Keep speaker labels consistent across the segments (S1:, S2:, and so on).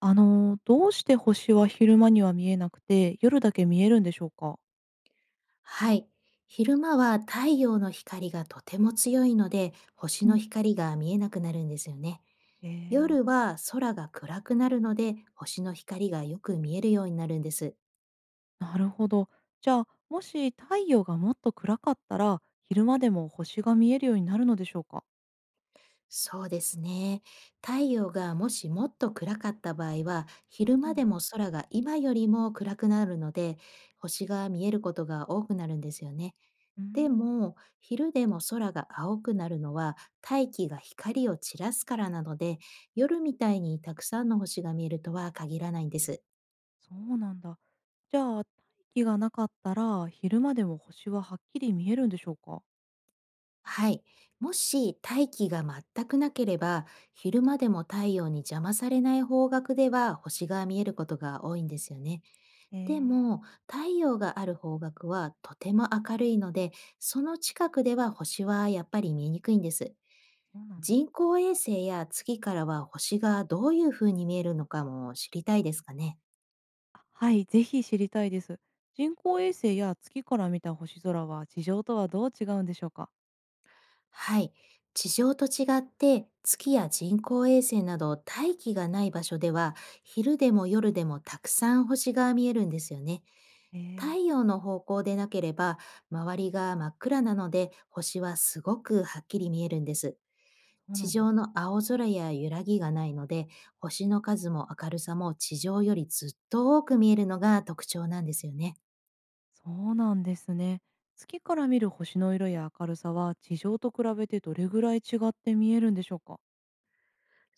S1: どうして星は昼間には見えなくて、夜だけ見えるんでしょうか？
S2: はい。昼間は太陽の光がとても強いので、星
S1: うん。
S2: の光が見えなくなるんですよね。
S1: えー、
S2: 夜は空が暗くなるので、星の光がよく見えるようになるんです。
S1: なるほど。じゃあ、もし太陽がもっと暗かったら、昼間でも星が見えるようになるのでしょうか？
S2: そうですね。太陽がもしもっと暗かった場合は、昼
S1: う
S2: 間
S1: ん。
S2: でも空が今よりも暗くなるので、星が見えることが多くなるんですよね。
S1: うー
S2: で
S1: ん、
S2: も、昼でも空が青くなるのは大気が光を散らすからなので、夜みたいにたくさんの星が見えるとは限らないんです。
S1: そうなんだ。じゃあ、大気がなかったら、昼間でも星ははっきり見えるんでしょうか？
S2: はい。もし大気が全くなければ、昼間でも太陽に邪魔されない方角では星が見えることが多いんですよね。
S1: え
S2: で
S1: え、
S2: も、太陽がある方角はとても明るいので、その近くでは星はやっぱり見えにくいんです。
S1: そうなんだ。
S2: 人工衛星や月からは星がどういう風に見えるのかも知りたいですかね。
S1: あ、はい、ぜひ知りたいです。人工衛星や月から見た星空は、地上とはどう違うんでしょうか？
S2: はい。地上と違って月や人工衛星など大気がない場所では、昼でも夜でもたくさん星が見えるんですよね。
S1: え
S2: 太
S1: え、
S2: 陽の方向でなければ、周りが真っ暗なので星はすごくはっきり見えるんです。
S1: そう
S2: 地
S1: なんだ。
S2: 上の青空や揺らぎがないので、星の数も明るさも地上よりずっと多く見えるのが特徴なんですよね。
S1: そうなんですね。月から見る星の色や明るさは地上と比べてどれぐらい違って見えるんでしょうか？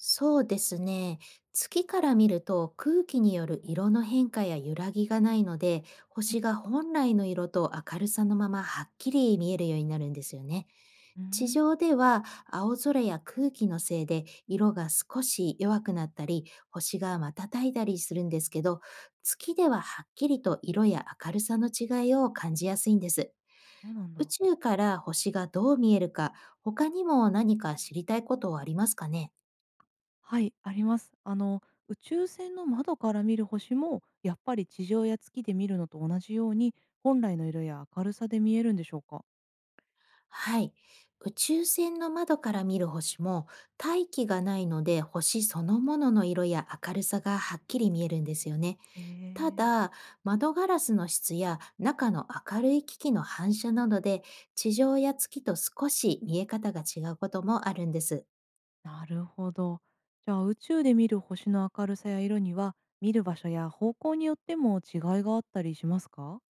S2: そうですね。月から見ると、空気による色の変化や揺らぎがないので、星が本来の色と明るさのままはっきり見えるようになるんですよね。
S1: うー
S2: 地
S1: ん、
S2: 上では青空や空気のせいで色が少し弱くなったり、星が瞬いたりするんですけど、月でははっきりと色や明るさの違いを感じやすいんです。
S1: そうなん
S2: 宇
S1: だ。
S2: 宙から星がどう見えるか、他にも何か知りたいことはありますかね。
S1: はい、あります。宇宙船の窓から見る星もやっぱり地上や月で見るのと同じように本来の色や明るさで見えるんでしょうか？
S2: はい。宇宙船の窓から見る星も、大気がないので星そのものの色や明るさがはっきり見えるんですよね。
S1: え
S2: た
S1: ー、
S2: だ、窓ガラスの質や中の明るい機器の反射などで、地上や月と少し見え方が違うこともあるんです。
S1: なるほど。じゃあ宇宙で見る星の明るさや色には、見る場所や方向によっても違いがあったりしますか？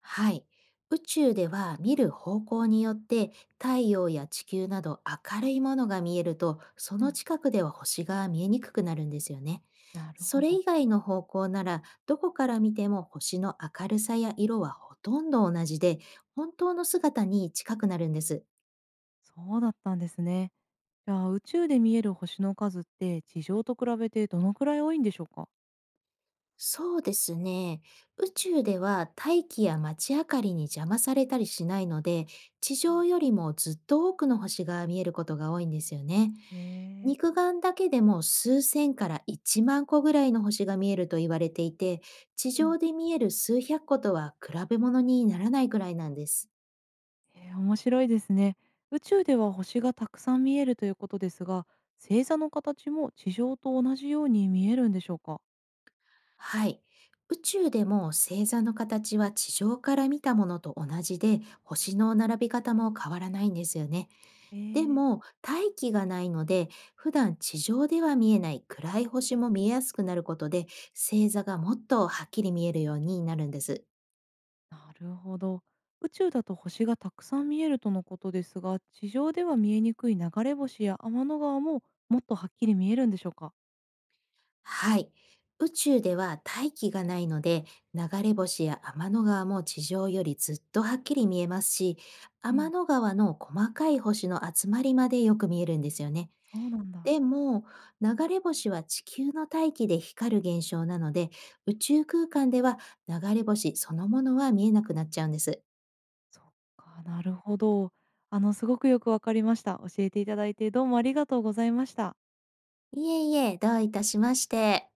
S2: はい。宇宙では見る方向によって、太陽や地球など明るいものが見えると、そ
S1: う
S2: の
S1: ん、
S2: 近くでは星が見えにくくなるんですよね。
S1: なる
S2: そ
S1: ほ
S2: れ
S1: ど。
S2: 以外の方向なら、どこから見ても星の明るさや色はほとんど同じで、本当の姿に近くなるんです。
S1: そうだったんですね。じゃあ宇宙で見える星の数って地上と比べてどのくらい多いんでしょうか？
S2: そうですね。宇宙では大気や街明かりに邪魔されたりしないので、地
S1: うん。
S2: 上よりもずっと多くの星が見えることが多いんですよね。
S1: へえ。
S2: 肉眼だけでも数千から1万個ぐらいの星が見えると言われていて、地
S1: うん。
S2: 上で見える数百個とは比べ物にならないくらいなんです。
S1: えー、面白いですね。宇宙では星がたくさん見えるということですが、星座の形も地上と同じように見えるんでしょうか？
S2: はい。宇宙でも星座の形は地上から見たものと同じで、星の並び方も変わらないんですよね。
S1: え
S2: で
S1: ー、
S2: も、大気がないので、普段地上では見えない暗い星も見えやすくなることで、星座がもっとはっきり見えるようになるんです。
S1: なるほど。宇宙だと星がたくさん見えるとのことですが、地上では見えにくい流れ星や天の川ももっとはっきり見えるんでしょうか？
S2: はい。宇宙では大気がないので、流れ星や天の川も地上よりずっとはっきり見えますし、
S1: う
S2: 天
S1: ん。
S2: の川の細かい星の集まりまでよく見えるんですよね。
S1: そうなんだ。
S2: でも、流れ星は地球の大気で光る現象なので、宇宙空間では流れ星そのものは見えなくなっちゃうんです。
S1: そっか、なるほど。すごくよくわかりました。教えていただいて、どうもありがとうございました。
S2: いえいえ、どういたしまして。